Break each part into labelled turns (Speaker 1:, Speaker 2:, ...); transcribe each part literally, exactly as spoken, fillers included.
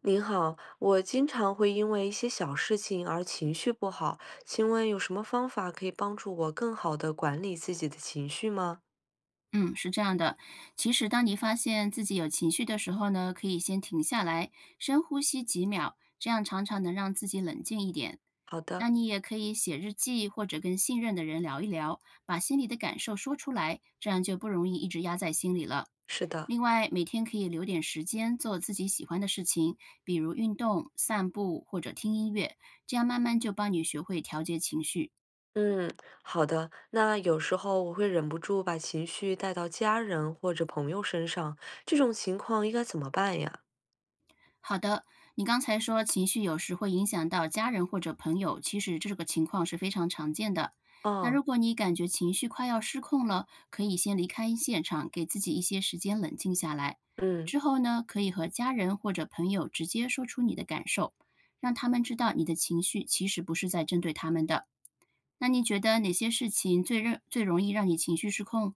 Speaker 1: 您好，我经常会因为一些小事情而情绪不好，请问有什么方法可以帮助我更好的管理自己的情绪吗？
Speaker 2: 嗯，是这样的。其实，当你发现自己有情绪的时候呢，可以先停下来，深呼吸几秒，这样常常能让自己冷静一点。
Speaker 1: 好
Speaker 2: 那
Speaker 1: 的，
Speaker 2: 你也可以写日记，或者跟信任的人聊一聊，把心里的感受说出来，这样就不容易一直压在心里了。
Speaker 1: 是的，
Speaker 2: 另外，每天可以留点时间做自己喜欢的事情，比如运动、散步或者听音乐，这样慢慢就帮你学会调节情绪。
Speaker 1: 嗯，好的。那有时候我会忍不住把情绪带到家人或者朋友身上，这种情况应该怎么办呀？
Speaker 2: 好的，你刚才说情绪有时会影响到家人或者朋友，其实这个情况是非常常见的。那
Speaker 1: 哦，
Speaker 2: 如果你感觉情绪快要失控了，可以先离开现场，给自己一些时间冷静下来。
Speaker 1: 嗯。
Speaker 2: 之后呢，可以和家人或者朋友直接说出你的感受，让他们知道你的情绪其实不是在针对他们的。那你觉得哪些事情最让最容易让你情绪失控？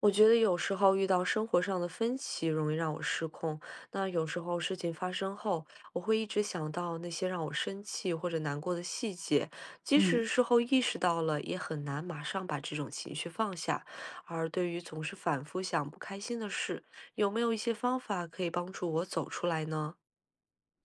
Speaker 1: 我觉得有时候遇到生活上的分歧，容易让我失控。那有时候事情发生后，我会一直想到那些让我生气或者难过的细节，即
Speaker 2: 嗯。
Speaker 1: 使事后意识到了，也很难马上把这种情绪放下。而对于总是反复想不开心的事，有没有一些方法可以帮助我走出来呢？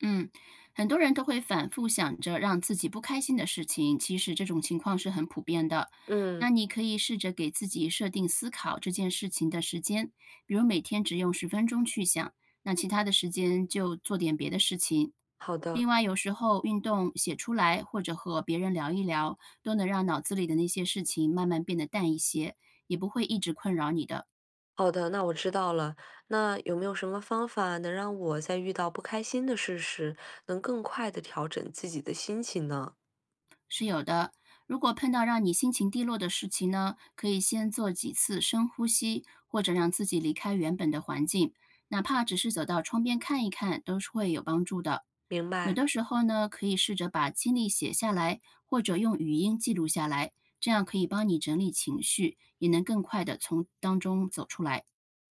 Speaker 2: 嗯，很多人都会反复想着让自己不开心的事情，其实这种情况是很普遍的。那
Speaker 1: 嗯，
Speaker 2: 你可以试着给自己设定思考这件事情的时间，比如每天只用十分钟去想，那其他的时间就做点别的事情。
Speaker 1: 好的。
Speaker 2: 另外，有时候运动、写出来或者和别人聊一聊，都能让脑子里的那些事情慢慢变得淡一些，也不会一直困扰你的。
Speaker 1: 好的，那我知道了。那有没有什么方法能让我在遇到不开心的事时，能更快的调整自己的心情呢？
Speaker 2: 是有的。如果碰到让你心情低落的事情呢，可以先做几次深呼吸，或者让自己离开原本的环境，哪怕只是走到窗边看一看，都是会有帮助的。
Speaker 1: 明
Speaker 2: 有
Speaker 1: 白，
Speaker 2: 的时候呢，可以试着把经历写下来，或者用语音记录下来，这样可以帮你整理情绪，也能更快的从当中走出来。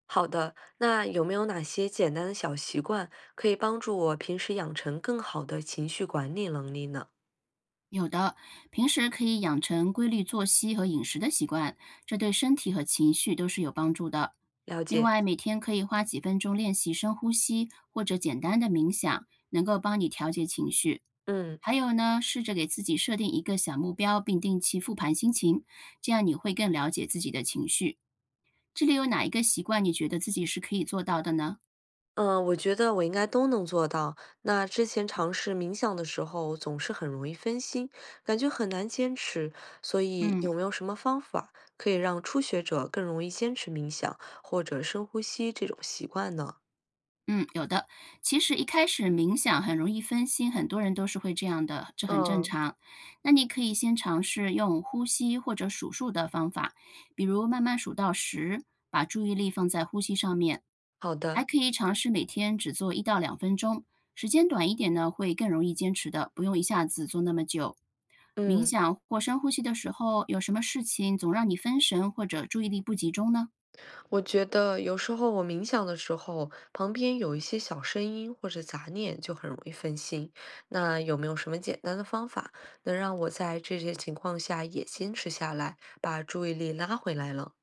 Speaker 1: 好的。那有没有哪些简单的小习惯可以帮助我平时养成更好的情绪管理能力呢？
Speaker 2: 有的，平时可以养成规律作息和饮食的习惯，这对身体和情绪都是有帮助的。
Speaker 1: 了
Speaker 2: 另
Speaker 1: 解，
Speaker 2: 外，每天可以花几分钟练习深呼吸或者简单的冥想，能够帮你调节情绪。
Speaker 1: 嗯
Speaker 2: 还有呢，试着给自己设定一个小目标，并定期复盘心情，这样你会更了解自己的情绪。这里有哪一个习惯你觉得自己是可以做到的呢？
Speaker 1: 嗯，呃我觉得我应该都能做到。那之前尝试冥想的时候，总是很容易分心，感觉很难坚持。所以
Speaker 2: 嗯。
Speaker 1: 有没有什么方法可以让初学者更容易坚持冥想或者深呼吸这种习惯呢？
Speaker 2: 嗯，有的。其实一开始冥想很容易分心，很多人都是会这样的，这很正
Speaker 1: 嗯，
Speaker 2: 常。那你可以先尝试用呼吸或者数数的方法，比如慢慢数到十，把注意力放在呼吸上面。
Speaker 1: 好
Speaker 2: 还
Speaker 1: 的，
Speaker 2: 可以尝试每天只做一到两分钟，时间短一点呢，会更容易坚持的，不用一下子做那么久。冥
Speaker 1: 嗯。
Speaker 2: 想或深呼吸的时候，有什么事情总让你分神或者注意力不集中呢？
Speaker 1: 我觉得有时候我冥想的时候，旁边有一些小声音或者杂念，就很容易分心。那有没有什么简单的方法，能让我在这些情况下也坚持下来，把注意力拉回来了？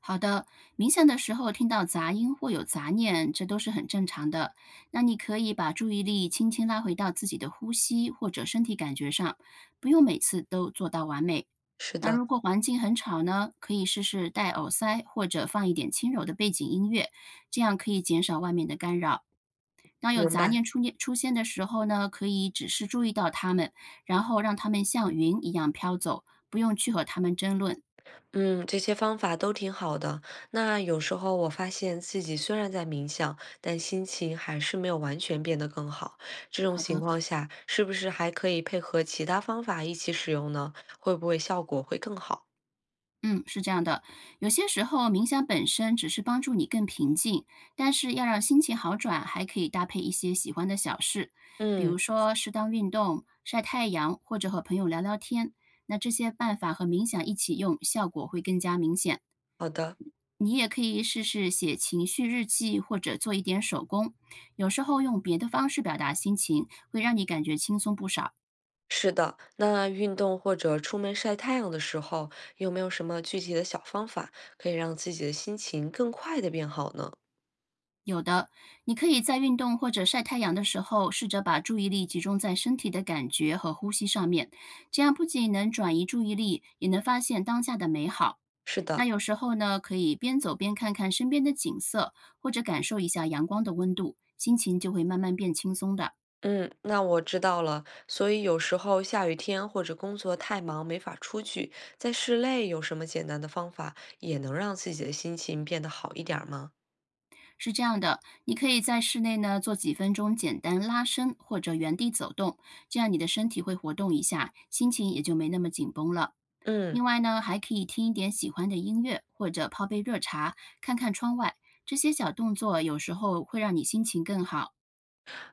Speaker 2: 好的，冥想的时候听到杂音或有杂念，这都是很正常的。那你可以把注意力轻轻拉回到自己的呼吸或者身体感觉上，不用每次都做到完美。
Speaker 1: 是
Speaker 2: 那
Speaker 1: 的，
Speaker 2: 如果环境很吵呢，可以试试戴耳塞或者放一点轻柔的背景音乐，这样可以减少外面的干扰。当有
Speaker 1: 明
Speaker 2: 杂
Speaker 1: 白。
Speaker 2: 念出念出现的时候呢，可以只是注意到它们，然后让它们像云一样飘走，不用去和它们争论。
Speaker 1: 嗯，这些方法都挺好的。那有时候我发现自己虽然在冥想，但心情还是没有完全变得更好。这种
Speaker 2: 好
Speaker 1: 情
Speaker 2: 的。
Speaker 1: 况下，是不是还可以配合其他方法一起使用呢？会不会效果会更好？
Speaker 2: 嗯，是这样的，有些时候冥想本身只是帮助你更平静，但是要让心情好转，还可以搭配一些喜欢的小事，比如
Speaker 1: 嗯。
Speaker 2: 说适当运动、晒太阳，或者和朋友聊聊天。那这些办法和冥想一起用，效果会更加明显。
Speaker 1: 好的，
Speaker 2: 你也可以试试写情绪日记，或者做一点手工，有时候用别的方式表达心情，会让你感觉轻松不少。
Speaker 1: 是的。那运动或者出门晒太阳的时候，有没有什么具体的小方法可以让自己的心情更快的变好呢？
Speaker 2: 有的，你可以在运动或者晒太阳的时候，试着把注意力集中在身体的感觉和呼吸上面，这样不仅能转移注意力，也能发现当下的美好。
Speaker 1: 是
Speaker 2: 那
Speaker 1: 的，
Speaker 2: 有时候呢，可以边走边看看身边的景色，或者感受一下阳光的温度，心情就会慢慢变轻松的。
Speaker 1: 嗯，那我知道了。所以有时候下雨天或者工作太忙没法出去，在室内有什么简单的方法也能让自己的心情变得好一点儿吗？
Speaker 2: 是这样的，你可以在室内呢做几分钟简单拉伸或者原地走动，这样你的身体会活动一下，心情也就没那么紧绷了。另
Speaker 1: 嗯，
Speaker 2: 外呢，还可以听一点喜欢的音乐，或者泡杯热茶，看看窗外。这些小动作有时候会让你心情更好。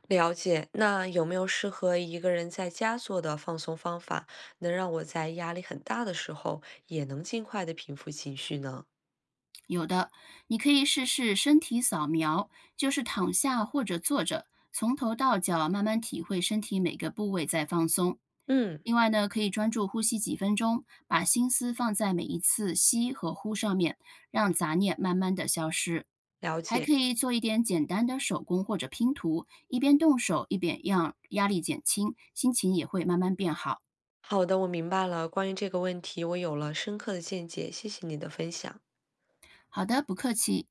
Speaker 1: 了解。那有没有适合一个人在家做的放松方法，能让我在压力很大的时候也能尽快的平复情绪呢？
Speaker 2: 有的，你可以试试身体扫描，就是躺下或者坐着，从头到脚慢慢体会身体每个部位在放松。
Speaker 1: 嗯，
Speaker 2: 另外呢，可以专注呼吸几分钟，把心思放在每一次吸和呼上面，让杂念慢慢的消失。
Speaker 1: 了
Speaker 2: 还
Speaker 1: 解。
Speaker 2: 可以做一点简单的手工或者拼图，一边动手一边让压力减轻，心情也会慢慢变好。
Speaker 1: 好的，我明白了。关于这个问题，我有了深刻的见解，谢谢你的分享。
Speaker 2: 好的，不客气。